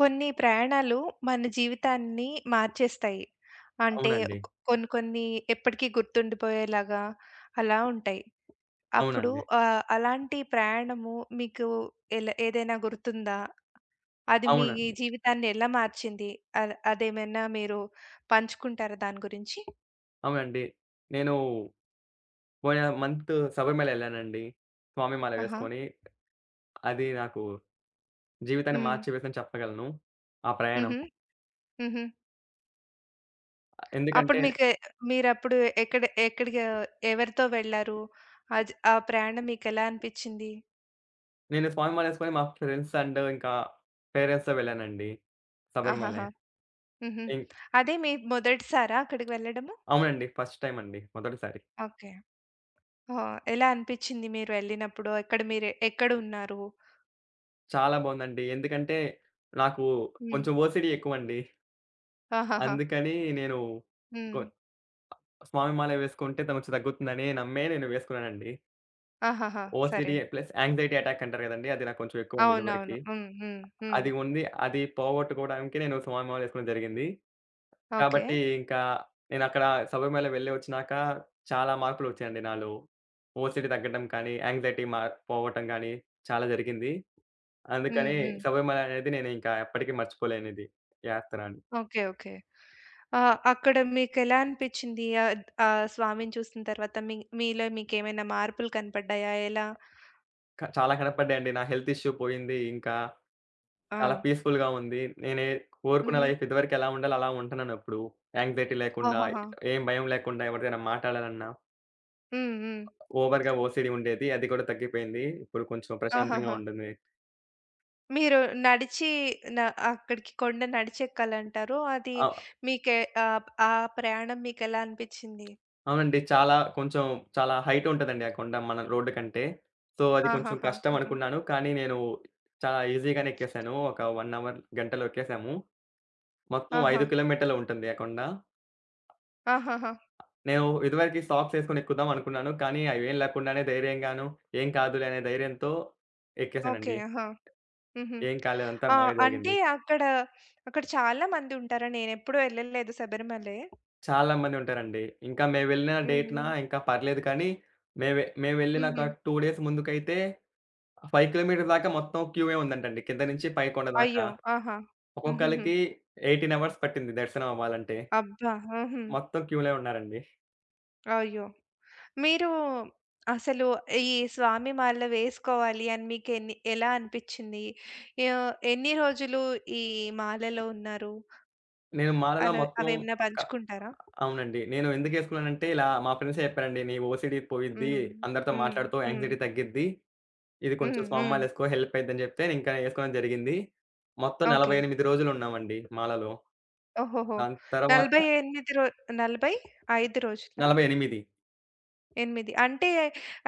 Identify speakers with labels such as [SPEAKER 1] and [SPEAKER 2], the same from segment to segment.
[SPEAKER 1] కొన్ని ప్రయాణాలు మన జీవితాన్ని మార్చేస్తాయి. అంటే
[SPEAKER 2] అవునండి.
[SPEAKER 1] కొ కొన్ని కొన్ని ఎప్పటికీ గుర్తుండిపోయేలాగా అలా ఉంటాయి. అప్పుడు
[SPEAKER 2] అవునండి.
[SPEAKER 1] అలాంటి ప్రయాణము మీకు ఎలా ఏదైనా గుర్తుందా? అది మీ
[SPEAKER 2] అవునండి.
[SPEAKER 1] జీవితాన్ని ఎలా మార్చింది? అదేమైనా మీరు పంచుకుంటారా దాని గురించి?
[SPEAKER 2] అవునండి. నేను పోయిన మంత్ శబరిమల ఎళ్ళానండి, స్వామి మాల
[SPEAKER 1] ఆహా!
[SPEAKER 2] వేసుకొని. అది నాకు జీవితాన్ని
[SPEAKER 1] హ్మ్.
[SPEAKER 2] మార్చివేసిందని చెప్పగలను, ఆ ప్రయాణం.
[SPEAKER 1] హుహు. హుహు. అప్పుడు
[SPEAKER 2] ఎందుకంటే
[SPEAKER 1] మీకే మీరప్పుడు ఎక్కడ ఎక్కడికి ఎవరితో వెళ్లారు? ఆ ప్రయాణం మీకెలా అనిపిచ్చింది?
[SPEAKER 2] నేను స్వామి మాల వేసుకొని మా ఫ్రెండ్స్ అండ్ ఇంకా పేరెంట్స్‌తో వెళ్ళానండి,
[SPEAKER 1] ఆహాహా!
[SPEAKER 2] శబరిమలై.
[SPEAKER 1] హుహు.
[SPEAKER 2] ఇంక్
[SPEAKER 1] అదే మీ మొదటిసారా అక్కడికి వెళ్ళడము?
[SPEAKER 2] అవునండి, ఫస్ట్ టైమ్ అండి, మొదటిసారి.
[SPEAKER 1] ఓకే. ఓహ్! ఎలా అనిపిచ్చింది మీరు వెళ్ళినప్పుడు? ఎక్కడ మీరు ఎక్కడున్నారు?
[SPEAKER 2] చాలా బావుందండి. ఎందుకంటే నాకు
[SPEAKER 1] హ్మ్.
[SPEAKER 2] కొంచెం ఓసీడీ ఎక్కువండి.
[SPEAKER 1] ఆహాహా!
[SPEAKER 2] అందుకని నేను
[SPEAKER 1] హ్మ్.
[SPEAKER 2] కొ స్వామి మాల వేసుకుంటే తనకు తగ్గుతుందని నమ్మే నేను వేసుకున్నానండి.
[SPEAKER 1] ఆహాహా! సరే.
[SPEAKER 2] ఓసీడీ ప్లస్ యాంక్సైటీ అటాక్ అంటారు గదండీ! అది నాకు కొంచెం ఎక్కువ ఉంది
[SPEAKER 1] అవునవును.
[SPEAKER 2] ఇదివరకి.
[SPEAKER 1] హ్మ్. హ్మ్. హ్మ్.
[SPEAKER 2] అది ఉంది. అది పోగొట్టుకోవడానికి నేను సమానుభావాలు ఎసుకోవడం జరిగింది.
[SPEAKER 1] ఓకే.
[SPEAKER 2] కాబట్టి ఇంకా నేనక్కడ శబరిమల వెళ్ళి వచ్చినాక చాలా మార్పులొచ్చాయండి నాలో. ఓసీడీ తగ్గడం కానీ, యాంక్సైటీ పోవటం గానీ చాలా జరిగింది.
[SPEAKER 1] హ్మ్.
[SPEAKER 2] అందుకని
[SPEAKER 1] హ్మ్.
[SPEAKER 2] శబరిమల అనేది నేను ఇంకా ఎప్పటికీ మర్చిపోలేనిది యాత్ర అని.
[SPEAKER 1] ఓకే. ఓకే. అక్కడ మీకెలా అనిపిచ్చింది? ఆ ఆ స్వామిని చూసిన తర్వాత మీలో మీకేమైనా మార్పులు కనపడ్డాయా? ఎలా?
[SPEAKER 2] చాలా కనపడ్డాయండి. నా హెల్త్ ఇష్యూ పోయింది. ఇంకా
[SPEAKER 1] ఆ!
[SPEAKER 2] చాలా పీస్‌ఫుల్‌గా ఉంది. నేనే కోరుకున్న
[SPEAKER 1] హుహు.
[SPEAKER 2] లైఫ్ ఇదివరకు ఎలా ఉండాలో అలా ఉంటున్నానప్పుడు. యాంక్సైటీ లేకుండా,
[SPEAKER 1] ఆహాహా!
[SPEAKER 2] ఏం భయం లేకుండా ఎవరితోనైనా మాట్లాడాలన్నా
[SPEAKER 1] హ్మ్. హ్మ్.
[SPEAKER 2] ఓవర్‌గా ఓసీడీ ఉండేది. అది కూడా తగ్గిపోయింది. ఇప్పుడు కొంచెం ప్రశాంతంగా
[SPEAKER 1] ఆహాహా!
[SPEAKER 2] ఉంటుంది.
[SPEAKER 1] మీరు నడిచి న అక్కడికి కొండ నడిచెక్కాలంటారు. అది
[SPEAKER 2] అవ్
[SPEAKER 1] మీకే ఆ ప్రయాణం మీకెలా అనిపిచ్చింది?
[SPEAKER 2] అవునండి. చాలా హైట్ ఉంటదండి ఆ కొండ మన రోడ్డు కంటే. సో, అది కొంచెం
[SPEAKER 1] ఆహాహా!
[SPEAKER 2] కష్టం
[SPEAKER 1] హుహు.
[SPEAKER 2] అనుకున్నాను. కానీ నేను చాలా ఈజీగానే ఎక్కేసాను. ఒక 1 అవర్ గంటలో ఎక్కేసాము. మొత్తం
[SPEAKER 1] ఆహా!
[SPEAKER 2] 5 కిలోమీటర్లు ఉంటుంది ఆ కొండ.
[SPEAKER 1] ఆహాహా!
[SPEAKER 2] నేను ఇదివరకి సాక్స్ ఏసుకొని ఎక్కుదాం అనుకున్నాను. కానీ అవేం లేకుండానే ధైర్యంగాను, ఏం కాదులే అనే ధైర్యంతో
[SPEAKER 1] ఓకే.
[SPEAKER 2] ఎక్కేసానండి.
[SPEAKER 1] ఆహా! హుహు.
[SPEAKER 2] ఏం కాలేదు. అంతా
[SPEAKER 1] ఆ!
[SPEAKER 2] బాగా
[SPEAKER 1] అంటే
[SPEAKER 2] జరిగింది.
[SPEAKER 1] అక్కడ చాలా మందుంటారా? నేనెప్పుడూ ఎళ్ళలేదు శబరిమలై.
[SPEAKER 2] చాలా మంది ఉంటారండి. ఇంకా మేము వెళ్ళిన
[SPEAKER 1] హ్మ్.
[SPEAKER 2] డేట్‌న
[SPEAKER 1] హ్మ్.
[SPEAKER 2] ఇంకా పర్లేదు కానీ, మేము వెళ్ళిన ఒక
[SPEAKER 1] హుహు.
[SPEAKER 2] 2 డేస్ ముందుకైతే 5 కిలోమీటర్ల దాకా మొత్తం క్యూయే ఉందంటండి, కింద నుంచి పై కొండ దాకా.
[SPEAKER 1] అయ్యో! ఆహా! హుహుహు.
[SPEAKER 2] ఒక్కొక్కళ్ళకి 18 అవర్స్ పట్టింది దర్శనం అవ్వాలంటే.
[SPEAKER 1] అబ్బా! హుహు.
[SPEAKER 2] మొత్తం క్యూలే ఉన్నారండి.
[SPEAKER 1] అయ్యో! మీరు అసలు ఈ స్వామి మాల వేసుకోవాలి అని ఎలా అనిపిచ్చింది? ఎన్ని రోజులు ఈ మాలలో ఉన్నారు?
[SPEAKER 2] నేను మాలలో
[SPEAKER 1] అలా
[SPEAKER 2] మొత్తం
[SPEAKER 1] అవేమన్నా
[SPEAKER 2] ఒక
[SPEAKER 1] పంచుకుంటారా?
[SPEAKER 2] అవునండి. నేను ఎందుకేసుకున్నానంటే ఇలా మా ఫ్రెండ్సే చెప్పారండి. "నీ ఓసీడీ పోయిద్ది.
[SPEAKER 1] హ్మ్.
[SPEAKER 2] అందరితో
[SPEAKER 1] హ్మ్.
[SPEAKER 2] మాట్లాడుతావు.
[SPEAKER 1] హ్మ్.
[SPEAKER 2] యాంక్సైటీ తగ్గిద్ది. ఇది కొంచెం
[SPEAKER 1] హ్మ్. హ్మ్.
[SPEAKER 2] సోమవారాలేసుకో హెల్ప్ అయిద్దని" చెప్తే నేను ఇంకా ఏసుకోవడం జరిగింది. మొత్తం
[SPEAKER 1] ఓకే.
[SPEAKER 2] 48 రోజులున్నామండి మాలలో.
[SPEAKER 1] ఓహోహో!
[SPEAKER 2] దాని తర్వాత
[SPEAKER 1] 48 రో 45 రోజులా?
[SPEAKER 2] 48.
[SPEAKER 1] 8 అంటే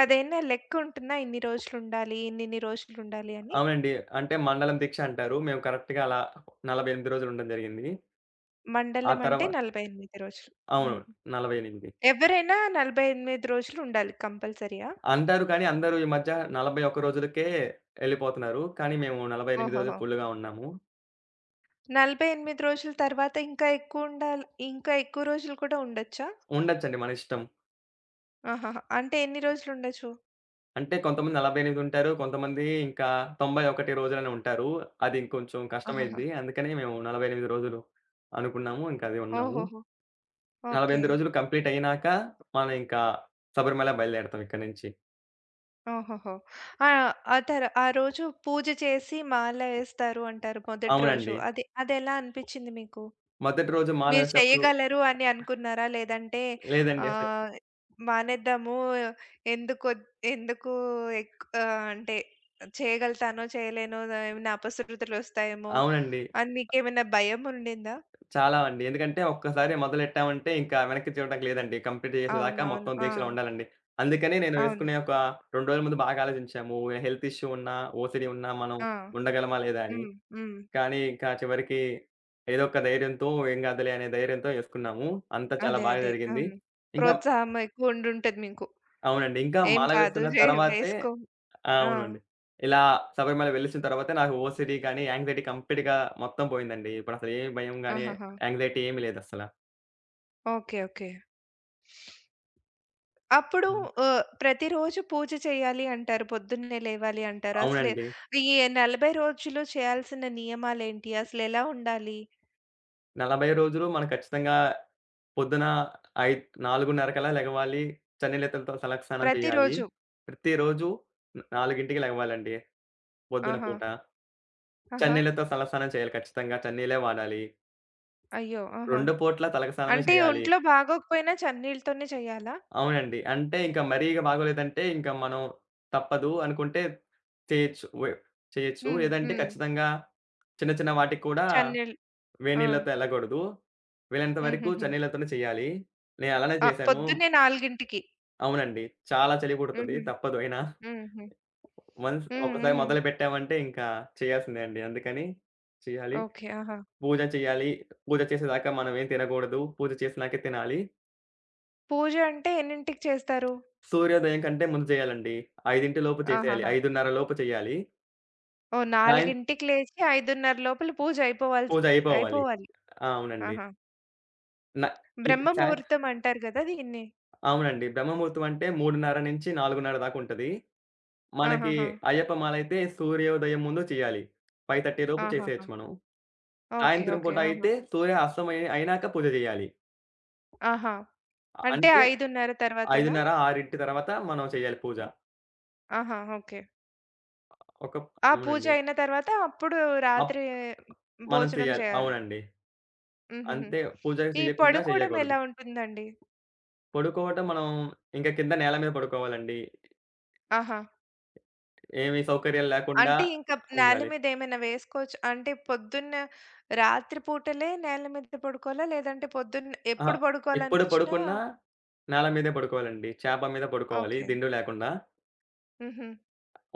[SPEAKER 1] అదేనా లెక్క ఉంటుందా? ఇన్ని రోజులుండాలి, ఇన్నిన్ని రోజులుండాలి అని?
[SPEAKER 2] అవునండి. అంటే మండలం దీక్ష అంటారు. మేము కరెక్ట్‌గా అలా 48 రోజులుండడం జరిగింది. ఆ
[SPEAKER 1] మండలం అంటే
[SPEAKER 2] తర్వా
[SPEAKER 1] 48 రోజులు. ఆ!
[SPEAKER 2] అవును. 48
[SPEAKER 1] ఎవరైనా 48 రోజులుండాలి కంపల్సరీయా?
[SPEAKER 2] అంటారు, కానీ అందరూ ఈ మధ్య 41 రోజులకే ఎళ్ళిపోతున్నారు. కానీ మేము 48
[SPEAKER 1] ఓహోహో!
[SPEAKER 2] రోజులు ఫుల్‌గా ఉన్నాము.
[SPEAKER 1] 48 రోజుల తర్వాత ఇంకా ఎక్కువుండాలి ఇంకా ఎక్కువ రోజులు కూడా ఉండొచ్చా?
[SPEAKER 2] ఉండొచ్చండి, మన ఇష్టం.
[SPEAKER 1] ఆహాహా! అంటే ఎన్ని రోజులుండొచ్చు?
[SPEAKER 2] అంటే కొంతమంది 48 ఉంటారు. కొంతమంది ఇంకా 91 రోజులని ఉంటారు. అది ఇంకొంచెం
[SPEAKER 1] ఆహాహా!
[SPEAKER 2] కష్టమైద్ది. అందుకని మేము 48 రోజులు అనుకున్నాము. ఇంకా అదే ఉన్నాము.
[SPEAKER 1] ఓహోహో! ఓకే.
[SPEAKER 2] 48 రోజులు కంప్లీట్ అయ్యినాక మనం ఇంకా శబరిమల బయలుదేరతాం ఇక్కడి నుంచి.
[SPEAKER 1] ఓహోహో! ఆ! ఆ తర ఆ రోజు పూజ చేసి మాల వేస్తారు అంటారు మొదటి రోజు.
[SPEAKER 2] అవునండి,
[SPEAKER 1] అది అదెలా అనిపిచ్చింది మీకు?
[SPEAKER 2] మొదటి రోజు మాల
[SPEAKER 1] మీరు
[SPEAKER 2] వేసేప్పుడు.
[SPEAKER 1] చేయగలరు అని అనుకున్నారా? లేదంటే
[SPEAKER 2] లేదండి అసలు.
[SPEAKER 1] ఆహ్, మానేద్దాము ఎందుకొద్ ఎందుకు ఎక్ ఆహ్, అంటే చేయగలుగుతానో, చేయలేనో ఆ, ఏమైనా అపశృతులొస్తాయేమో
[SPEAKER 2] అవునండి.
[SPEAKER 1] అని మీకేమైనా భయం ఉండిందా?
[SPEAKER 2] చాలా అండి. ఎందుకంటే ఒక్కసారి మొదలెట్టామంటే ఇంకా వెనక్కి చూడడానికి లేదండి. కంప్లీట్ చేసేదాకా
[SPEAKER 1] అవునవును.
[SPEAKER 2] మొత్తం
[SPEAKER 1] ఆ!
[SPEAKER 2] దీక్షలో ఉండాలండి. అందుకని నేను
[SPEAKER 1] అవును.
[SPEAKER 2] వేసుకునే ఒక 2 రోజుల ముందు బాగా ఆలోచించాము. హెల్త్ ఇష్యూ ఉన్నా, ఓసీడీ ఉన్నా మనం
[SPEAKER 1] ఆ!
[SPEAKER 2] ఉండగలమా లేదా అని.
[SPEAKER 1] హ్మ్. హ్మ్.
[SPEAKER 2] కానీ ఇంకా చివరికి ఏదో ఒక ధైర్యంతో, ఏం కాదులే అనే ధైర్యంతో ఏసుకున్నాము. అంతా చాలా బాగా
[SPEAKER 1] అదే.
[SPEAKER 2] జరిగింది.
[SPEAKER 1] హ్మ్.
[SPEAKER 2] ఇంకా
[SPEAKER 1] ప్రోత్సాహం ఎక్కువ ఉండుంటది మీకు.
[SPEAKER 2] అవునండి. ఇంకా
[SPEAKER 1] ఏం
[SPEAKER 2] మాల
[SPEAKER 1] కాదు.
[SPEAKER 2] వేసుకున్న తర్వాతే,
[SPEAKER 1] వేసుకో.
[SPEAKER 2] ఆ,
[SPEAKER 1] ఆ!
[SPEAKER 2] అవునండి. ఇలా శబరిమల వెళ్ళొచ్చిన తర్వాతే నాకు ఓసీడీ గాని, యాంక్సైటీ కంప్లీట్‌గా మొత్తం పోయిందండి. ఇప్పుడసలు ఏ భయం గాని,
[SPEAKER 1] ఆహాహా!
[SPEAKER 2] యాంక్సైటీ ఏమి లేదసల.
[SPEAKER 1] ఓకే. ఓకే. అప్పుడు
[SPEAKER 2] హ్మ్.
[SPEAKER 1] ప్రతిరోజు పూజ చేయాలి అంటారు. పొద్దున్నే లేవాలి అంటారు. అసలు
[SPEAKER 2] అవునండి.
[SPEAKER 1] ఈ 40 రోజులు చేయాల్సిన నియమాలేంటి? అసలెలా ఉండాలి?
[SPEAKER 2] 40 రోజులు మనం ఖచ్చితంగా పొద్దున ఐ 4:30 కల్లా లెగవాలి. చన్నీళ్ళతో తలస్నానం చేయాలి.
[SPEAKER 1] ప్రతిరోజు.
[SPEAKER 2] ప్రతిరోజు 4కి లెగవాలండి పొద్దున
[SPEAKER 1] ఆహా!
[SPEAKER 2] పూట.
[SPEAKER 1] ఆహా!
[SPEAKER 2] చన్నీళ్ళతో తలస్నానం చేయాలి ఖచ్చితంగా. చన్నీళ్ళే వాడాలి.
[SPEAKER 1] అయ్యో! ఆహా!
[SPEAKER 2] 2 పూట్ల తలకి స్నానమే
[SPEAKER 1] అంటే
[SPEAKER 2] చేయాలి.
[SPEAKER 1] ఒంట్లో బాగోకపోయినా చన్నీళ్ళతోనే చేయాలా?
[SPEAKER 2] అవునండి. అంటే ఇంకా మరీ ఇగ బాగోలేదంటే ఇంక మనం, తప్పదు అనుకుంటే, చేయొచ్చు. చేయొచ్చు.
[SPEAKER 1] హ్మ్.
[SPEAKER 2] లేదంటే
[SPEAKER 1] హ్మ్.
[SPEAKER 2] ఖచ్చితంగా చిన్న చిన్న వాటికి కూడా
[SPEAKER 1] చన్నీళ్ళు. ఆ!
[SPEAKER 2] వేడినీళ్ళతో ఎళ్ళకూడదు. వీలైనంత వరకు
[SPEAKER 1] హుహుహు.
[SPEAKER 2] చన్నీళ్ళతోనే చేయాలి. నేను అలానే
[SPEAKER 1] ఆ!
[SPEAKER 2] చేశాను.
[SPEAKER 1] పొద్దున్నే 4కి.
[SPEAKER 2] అవునండి. చాలా చలి పుడతది,
[SPEAKER 1] హుహు.
[SPEAKER 2] తప్పదు అయినా.
[SPEAKER 1] హుహు. హ్మ్.
[SPEAKER 2] ఒకసారి
[SPEAKER 1] హ్మ్.
[SPEAKER 2] మొదలుపెట్టామంటే ఇంకా చేయాల్సిందే అండి. అందుకని చేయాలి.
[SPEAKER 1] ఓకే. ఆహా!
[SPEAKER 2] పూజ చేయాలి. పూజ చేసేదాకా మనం ఏం తినకూడదు. పూజ చేసినాకే తినాలి.
[SPEAKER 1] పూజ అంటే ఎన్నింటికి చేస్తారు?
[SPEAKER 2] సూర్యోదయం కంటే ముందు చేయాలండి. 5:00 లోపు చేసేయాలి.
[SPEAKER 1] ఆహాహా!
[SPEAKER 2] 5:30 లోపు చేయాలి.
[SPEAKER 1] ఓహ్!
[SPEAKER 2] సాయం
[SPEAKER 1] 4కి లేచి 5:30 లోపల పూజ అయిపోవాల్సి
[SPEAKER 2] పూజ అయిపోవాలి.
[SPEAKER 1] అయిపోవాలి.
[SPEAKER 2] ఆ, అవునండి.
[SPEAKER 1] ఆహా!
[SPEAKER 2] న ఈ
[SPEAKER 1] బ్రహ్మ
[SPEAKER 2] సాయం
[SPEAKER 1] ముహూర్తం అంటారు గదా! దీన్ని.
[SPEAKER 2] అవునండి. బ్రహ్మముహూర్తం అంటే 3:30-4:30 దాకా ఉంటది. మనకి
[SPEAKER 1] ఆహాహా!
[SPEAKER 2] అయ్యప్ప మాలైతే సూర్యోదయం ముందు చేయాలి. 5:30 లోపు
[SPEAKER 1] ఆహాహా!
[SPEAKER 2] చేసేయొచ్చు మనం.
[SPEAKER 1] ఓకే.
[SPEAKER 2] సాయంత్రం
[SPEAKER 1] ఓకే.
[SPEAKER 2] పూట
[SPEAKER 1] ఆహా!
[SPEAKER 2] అయితే సూర్య అస్తమయం అయినాక పూజ చేయాలి.
[SPEAKER 1] ఆహా! అంటే
[SPEAKER 2] అంటే
[SPEAKER 1] 5:30 తర్వాతనా?
[SPEAKER 2] 5:30, 6:00 తర్వాత మనం చేయాలి పూజ.
[SPEAKER 1] ఆహా! ఓకే.
[SPEAKER 2] ఒక
[SPEAKER 1] ఆ! పూజ
[SPEAKER 2] అవునండి.
[SPEAKER 1] అయిన తర్వాత అప్పుడు
[SPEAKER 2] అప్
[SPEAKER 1] రాత్రి
[SPEAKER 2] మనం
[SPEAKER 1] భోజనం
[SPEAKER 2] చేయాలి.
[SPEAKER 1] చేయాలి.
[SPEAKER 2] అవునండి,
[SPEAKER 1] హుహుహు.
[SPEAKER 2] అంతే. పూజ
[SPEAKER 1] ఈ
[SPEAKER 2] చేయకుండా
[SPEAKER 1] పడుకోవడం
[SPEAKER 2] చేయకూడదు.
[SPEAKER 1] ఎలా ఉంటుందండి?
[SPEAKER 2] పడుకోవటం మనం ఇంక కింద నేల మీద పడుకోవాలండి.
[SPEAKER 1] ఆహా!
[SPEAKER 2] ఏమి సౌకర్యాలు లేకుండా
[SPEAKER 1] అంటే ఇంక నేల
[SPEAKER 2] ఉండాలి.
[SPEAKER 1] మీద ఏమైనా వేసుకోవచ్చు అంటే పొద్దున్న రాత్రి పూటలే నేల మీద పడుకోవాలా? లేదంటే పొద్దున్న
[SPEAKER 2] అహా!
[SPEAKER 1] ఎప్పుడు
[SPEAKER 2] ఎప్పుడు
[SPEAKER 1] పడుకోవాలనిపించినా
[SPEAKER 2] పడుకున్నా నేల మీదే పడుకోవాలండి. చేప మీద పడుకోవాలి
[SPEAKER 1] ఓకే.
[SPEAKER 2] దిండు లేకుండా.
[SPEAKER 1] హుహు.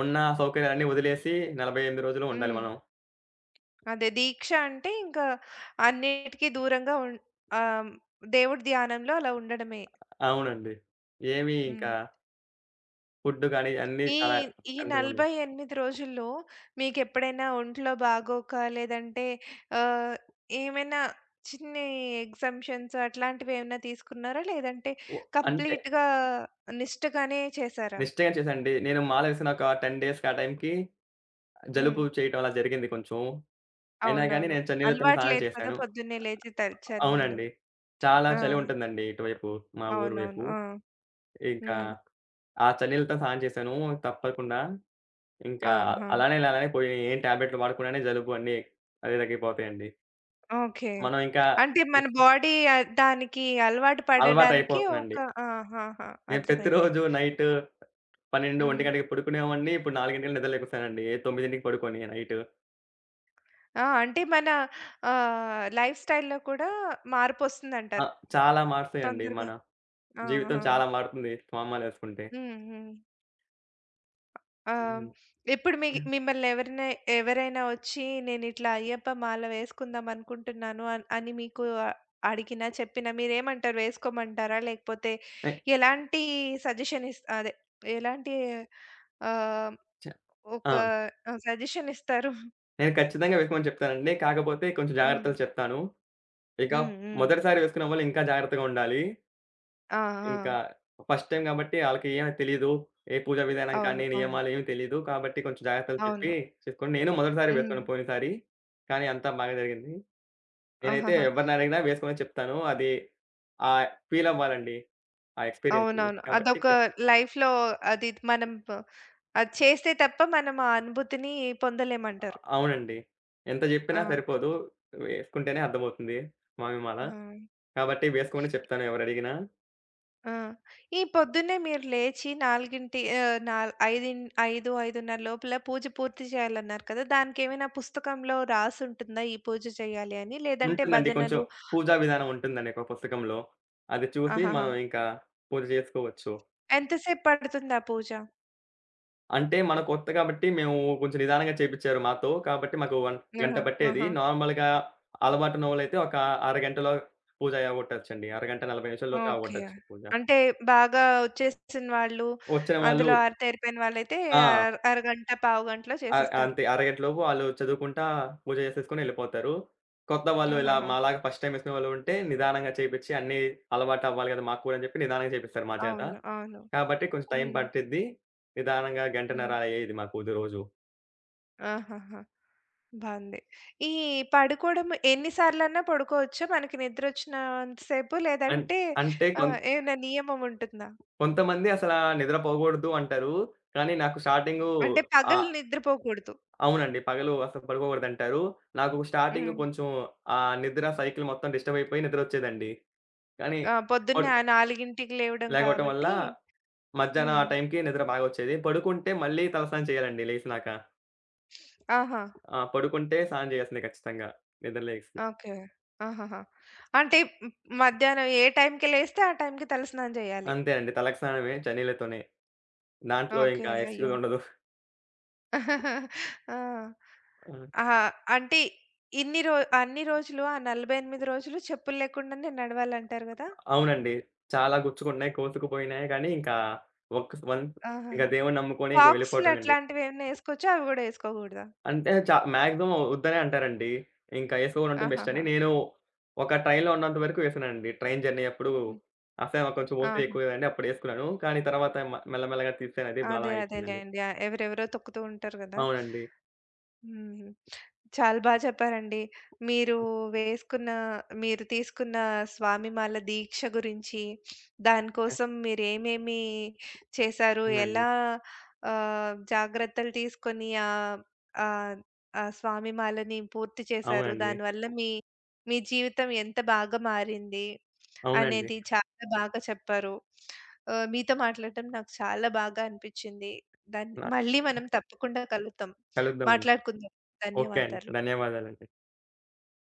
[SPEAKER 2] ఉన్న సౌకర్యాలన్నీ వదిలేసి 48 రోజులు ఉండాలి
[SPEAKER 1] హ్మ్.
[SPEAKER 2] మనం.
[SPEAKER 1] అదే దీక్ష అంటే ఇంకా అన్నిటికి దూరంగా ఆహ్, దేవుడి ధ్యానంలో అలా ఉండడమే.
[SPEAKER 2] అవునండి. ఏమి
[SPEAKER 1] హ్మ్.
[SPEAKER 2] ఇంకా ఫుడ్ గాని అన్నీ
[SPEAKER 1] ఈ
[SPEAKER 2] చాలా
[SPEAKER 1] ఈ
[SPEAKER 2] కంట్రోల్ ఉండదు.
[SPEAKER 1] 48 రోజుల్లో మీకెప్పుడైనా ఒంట్లో బాగోక లేదంటే ఆహ్, ఏమైనా చిన్ని ఎగ్జామ్షన్స్ అట్లాంటివి ఏమైనా తీసుకున్నారా? లేదంటే
[SPEAKER 2] ఓ అంతే.
[SPEAKER 1] కంప్లీట్‌గా నిష్టగానే చేసారా?
[SPEAKER 2] నిష్టగా చేశానండి. నేను మాల వేసిన ఒక 10 డేస్‌కి ఆ టైంకి
[SPEAKER 1] హ్మ్.
[SPEAKER 2] జలుబు చేయటం అలా జరిగింది కొంచెం. అయినా గాని
[SPEAKER 1] అవునవును.
[SPEAKER 2] నేను చన్నీళ్ళతోనే
[SPEAKER 1] అలవాటు
[SPEAKER 2] స్నానం
[SPEAKER 1] లేదు కదా!
[SPEAKER 2] చేశాను.
[SPEAKER 1] పొద్దున్నే లేచి చన్నీళ్ళు.
[SPEAKER 2] అవునండి. చాలా
[SPEAKER 1] ఆ!
[SPEAKER 2] చలి ఉంటుందండి ఇటువైపు, మా ఊరు
[SPEAKER 1] అవునవును.
[SPEAKER 2] వైపు.
[SPEAKER 1] ఆ!
[SPEAKER 2] ఇంకా
[SPEAKER 1] హ్మ్.
[SPEAKER 2] ఆ చలిలతో స్నానం చేశాను తప్పకుండా. ఇంకా
[SPEAKER 1] ఆహా!
[SPEAKER 2] అలానే అలానే పోయినాయి. ఏం టాబ్లెట్‌లు వాడకుండానే జలుబు అన్నీ అదే తగ్గిపోతాయండి.
[SPEAKER 1] ఓకే.
[SPEAKER 2] మనం ఇంకా
[SPEAKER 1] అంటే మన బాడీ దానికి అలవాటు పడడానికి ఒక
[SPEAKER 2] అలవాటయిపోతుందండి.
[SPEAKER 1] ఆహాహా!
[SPEAKER 2] నేను
[SPEAKER 1] అర్థమైంది.
[SPEAKER 2] ప్రతిరోజు నైట్ 12,
[SPEAKER 1] హ్మ్.
[SPEAKER 2] 1 గంటకి పడుకునేవాడిని. ఇప్పుడు 4 నిద్ర లెగుస్తానండి, 9కి పడుకొని నైట్.
[SPEAKER 1] ఆ! అంటే మన లైఫ్ స్టైల్‌లో కూడా
[SPEAKER 2] ఆ,
[SPEAKER 1] మార్పొస్తుందంటారు
[SPEAKER 2] చాలా మారుతాయండి
[SPEAKER 1] తొందరగా.
[SPEAKER 2] మన,
[SPEAKER 1] ఆ!
[SPEAKER 2] జీవితం
[SPEAKER 1] ఆ!
[SPEAKER 2] చాలా మారుతుంది స్నానాలేసుకుంటే.
[SPEAKER 1] హ్మ్. హ్మ్. ఆ!
[SPEAKER 2] హ్మ్.
[SPEAKER 1] ఇప్పుడు మీ మిమ్మల్ని ఎవరినై ఎవరైనా వచ్చి నేనిట్లా అయ్యప్ప మాల వేసుకుందాం అనుకుంటున్నాను అని మీకు అడిగినా, చెప్పినా మీరేమంటారు? వేసుకోమంటారా? లేకపోతే
[SPEAKER 2] ఎ
[SPEAKER 1] ఎలాంటి సజెషన్ ఇస్ అదే ఎలాంటి ఆహ్,
[SPEAKER 2] చ
[SPEAKER 1] ఒక
[SPEAKER 2] ఆ,
[SPEAKER 1] సజెషన్ ఇస్తారు?
[SPEAKER 2] నేను ఖచ్చితంగా వేసుకోమని చెప్తానండి. కాకపోతే కొంచెం
[SPEAKER 1] హ్మ్.
[SPEAKER 2] జాగ్రత్తలు చెప్తాను. ఇక
[SPEAKER 1] హ్మ్. హ్మ్.
[SPEAKER 2] మొదటిసారి వేసుకునే వాళ్ళు ఇంకా జాగ్రత్తగా ఉండాలి.
[SPEAKER 1] ఆ! ఆ!
[SPEAKER 2] ఇంకా ఫస్ట్ టైమ్ కాబట్టి ఆళ్ళకి ఏమి తెలీదు. ఏ పూజా విధానం
[SPEAKER 1] అవును.
[SPEAKER 2] కానీ,
[SPEAKER 1] అవును.
[SPEAKER 2] నియమాలు ఏమి తెలీదు. కాబట్టి కొంచెం జాగ్రత్తలు చెప్పి
[SPEAKER 1] అవును.
[SPEAKER 2] చేసుకోండి. నేను మొదటిసారి
[SPEAKER 1] హ్మ్.
[SPEAKER 2] వేసుకున్నాను పోయినసారి. కానీ అంతా బాగా జరిగింది. నేనైతే
[SPEAKER 1] ఆహాహా!
[SPEAKER 2] ఎవరిని అడిగినా వేసుకోమని చెప్తాను. అది ఫీల్ అవ్వాలండి, ఆ ఎక్స్‌పీరియన్స్‌ని.
[SPEAKER 1] అవునవును.
[SPEAKER 2] కాబట్టి
[SPEAKER 1] అదొక లైఫ్‌లో అది మనం అది చేస్తే తప్ప మనం ఆ అనుభూతిని పొందలేమంటారు.
[SPEAKER 2] అవునండి. ఎంత
[SPEAKER 1] ఆ!
[SPEAKER 2] చెప్పినా సరిపోదు. వేసుకుంటేనే అర్థమవుతుంది, మామిమాల.
[SPEAKER 1] ఆ!
[SPEAKER 2] కాబట్టి వేసుకోమని చెప్తాను ఎవరడిగినా.
[SPEAKER 1] ఆ! ఈ పొద్దున్నే మీరు లేచి 4కి ఆహ్, నాల్ ఐదిన్ 5, 5:30 లోపల పూజ పూర్తి చేయాలన్నారు కదా! దానికేమైనా పుస్తకంలో రాసుంటుందా? ఈ పూజ చేయాలి అని లేదంటే
[SPEAKER 2] ఉంటుందండి. కొంచెం
[SPEAKER 1] భజనలు
[SPEAKER 2] పూజా విధానం ఉంటుందండి ఒక పుస్తకంలో. అది చూసి
[SPEAKER 1] ఆహాహా!
[SPEAKER 2] మనం ఇంకా పూజ చేసుకోవచ్చు.
[SPEAKER 1] ఎంతసేపు పడుతుంది ఆ పూజ?
[SPEAKER 2] అంటే మన కొత్త కాబట్టి మేము కొంచెం నిదానంగా చేపిచ్చారు మాతో. కాబట్టి మాకు వన్ గంట
[SPEAKER 1] ఆహా!
[SPEAKER 2] పట్టేది.
[SPEAKER 1] ఆహా!
[SPEAKER 2] నార్మల్‌గా అలవాటున్నోళ్ళైతే ఒక అరగంటలో పూజ అవ్వగొట్టొచ్చండి. అరగంట 40 నిమిషాల్లోపు
[SPEAKER 1] ఓకే.
[SPEAKER 2] అవ్వగొట్టొచ్చు పూజ.
[SPEAKER 1] అంటే బాగా వచ్చేసిన వాళ్ళు,
[SPEAKER 2] వచ్చిన వాళ్ళు
[SPEAKER 1] అందులో ఆరితేరిపోయిన వాళ్ళైతే
[SPEAKER 2] ఆ!
[SPEAKER 1] అరగంట, పావుగంటలో
[SPEAKER 2] అ
[SPEAKER 1] చేసేస్తారు.
[SPEAKER 2] అంతే, అరగంటలోపు ఆళ్ళు చదువుకుంటా పూజ చేసేసుకొని ఎళ్ళిపోతారు. కొత్త వాళ్ళు ఇలా
[SPEAKER 1] ఆహాహా!
[SPEAKER 2] మాలాగా ఫస్ట్ టైమ్ యేసుకునే వాళ్ళు ఉంటే నిదానంగా చేపిచ్చి అన్నీ అలవాటవ్వాలి గదా! మాకు కూడా అని చెప్పి నిదానంగా చేపిస్తారు మా చేత.
[SPEAKER 1] అవును. అవును.
[SPEAKER 2] కాబట్టి కొంచెం టైం
[SPEAKER 1] హ్మ్.
[SPEAKER 2] పట్టిద్ది. నిదానంగా
[SPEAKER 1] హ్మ్.
[SPEAKER 2] గంటన్నర అయ్యేది మాకు ఇది రోజు.
[SPEAKER 1] ఆహాహా! బావుంది. ఈ పడుకోవడం ఎన్ని సార్లన్నా పడుకోవచ్చా? మనకి నిద్రొచ్చినంత సేపు
[SPEAKER 2] అన్
[SPEAKER 1] లేదంటే
[SPEAKER 2] అంటే కొం
[SPEAKER 1] ఏమైనా నియమం ఉంటుందా?
[SPEAKER 2] కొంతమంది అసలా నిద్రపోకూడదు అంటారు. కానీ నాకు స్టార్టింగు,
[SPEAKER 1] అంటే పగలు
[SPEAKER 2] ఆహ్,
[SPEAKER 1] నిద్రపోకూడదు.
[SPEAKER 2] అవునండి, పగలు అసలు పడుకోకూడదంటారు. నాకు స్టార్టింగ్
[SPEAKER 1] హ్మ్.
[SPEAKER 2] కొంచెం ఆ నిద్ర సైకిల్ మొత్తం డిస్టర్బ్ అయిపోయి నిద్రొచ్చేదండి. కానీ
[SPEAKER 1] ఆ!
[SPEAKER 2] పడు
[SPEAKER 1] పొద్దున్న 4కి లేవడం
[SPEAKER 2] లేగవటం వల్ల
[SPEAKER 1] కాబట్టి
[SPEAKER 2] మధ్యాహ్నం
[SPEAKER 1] హ్మ్.
[SPEAKER 2] ఆ టైంకి నిద్ర బాగొచ్చేది. పడుకుంటే మళ్ళీ తలస్నానం చేయాలండి లేసినాక.
[SPEAKER 1] ఆహా!
[SPEAKER 2] ఆ, పడుకుంటే స్నానం చేయాల్సిందే ఖచ్చితంగా నిద్ర లేసి.
[SPEAKER 1] ఓకే. ఆహాహా! అంటే మ్ మధ్యాహ్నం ఏ టైంకి లేస్తే ఆ టైంకి తలస్నానం చేయాలి.
[SPEAKER 2] అంతే అండి. తలకి స్నానమే చన్నీళ్ళతోనే. దాంట్లో
[SPEAKER 1] ఓకే.
[SPEAKER 2] ఇంకా
[SPEAKER 1] అయ్యో!
[SPEAKER 2] ఎక్స్‌క్యూజ్ ఉండదు.
[SPEAKER 1] ఆ!
[SPEAKER 2] ఆ,
[SPEAKER 1] ఆహా! అంటే ఇన్ని రో అన్ని రోజులు ఆ 48 రోజులు చెప్పులు లేకుండానే నడవాలంటారు గదా!
[SPEAKER 2] అవునండి. చాలా గుచ్చుకున్నాయి, కోసుకుపోయినాయి. కానీ ఇంకా ఒక్క వన్స్ ఇంక
[SPEAKER 1] ఆహాహా!
[SPEAKER 2] దేవుడిని నమ్ముకొని ఇంక
[SPEAKER 1] సాక్స్‌లు
[SPEAKER 2] వెళ్ళిపోవటమేండి.
[SPEAKER 1] అట్లాంటివేమన్నా ఏసుకోవచ్చా? అవి గూడా ఏసుకోకూడదా?
[SPEAKER 2] అంటే మాక్సిమం వద్దనే అంటారండి. ఇంకా ఏసుకోవడం అంటే బెస్ట్ అని.
[SPEAKER 1] ఆహాహా!
[SPEAKER 2] నేను ఒక ట్రైన్‌లో ఉన్నంత వరకు వేసానండి. ట్రైన్ జర్నీ అప్పుడు
[SPEAKER 1] హ్మ్.
[SPEAKER 2] అసహ్యం, కొంచెం ఓపిక
[SPEAKER 1] ఆహా!
[SPEAKER 2] ఎక్కువ కదండీ, అప్పుడు ఏసుకున్నాను. కానీ తర్వాత మెల్లమెల్లగా తీసేనది బలం
[SPEAKER 1] అదే
[SPEAKER 2] అయిపోయిందండి.
[SPEAKER 1] అదేలేండి. ఆ! ఎవరెవరో తొక్కుతూ ఉంటారు గదా!
[SPEAKER 2] అవునండి.
[SPEAKER 1] హ్మ్. చాలా బా చెప్పారండి. మీరు వేసుకున్న మీరు తీసుకున్న స్వామిమాల దీక్ష గురించి, దానికోసం మీరేమేమి చేశారు?
[SPEAKER 2] అవునండి.
[SPEAKER 1] ఎలా జాగ్రత్తలు తీసుకొని ఆహ్, ఆహ్, ఆ స్వామిమాలని పూర్తి చేశారు?
[SPEAKER 2] అవునండి.
[SPEAKER 1] దానివల్ల మీ మీ జీవితం ఎంత బాగా మారింది
[SPEAKER 2] అవునండి.
[SPEAKER 1] అనేది చాలా బాగా చెప్పారు. మీతో మాట్లాడటం నాకు చాలా బాగా అనిపిచ్చింది. దాన్ని
[SPEAKER 2] న
[SPEAKER 1] మళ్ళీ మనం తప్పకుండా కలుద్దాం.
[SPEAKER 2] కలుద్దామండి.
[SPEAKER 1] మాట్లాడుకుందాం.
[SPEAKER 2] ఓకే అండి.
[SPEAKER 1] ధన్యవాదాలు.
[SPEAKER 2] ధన్యవాదాలండి.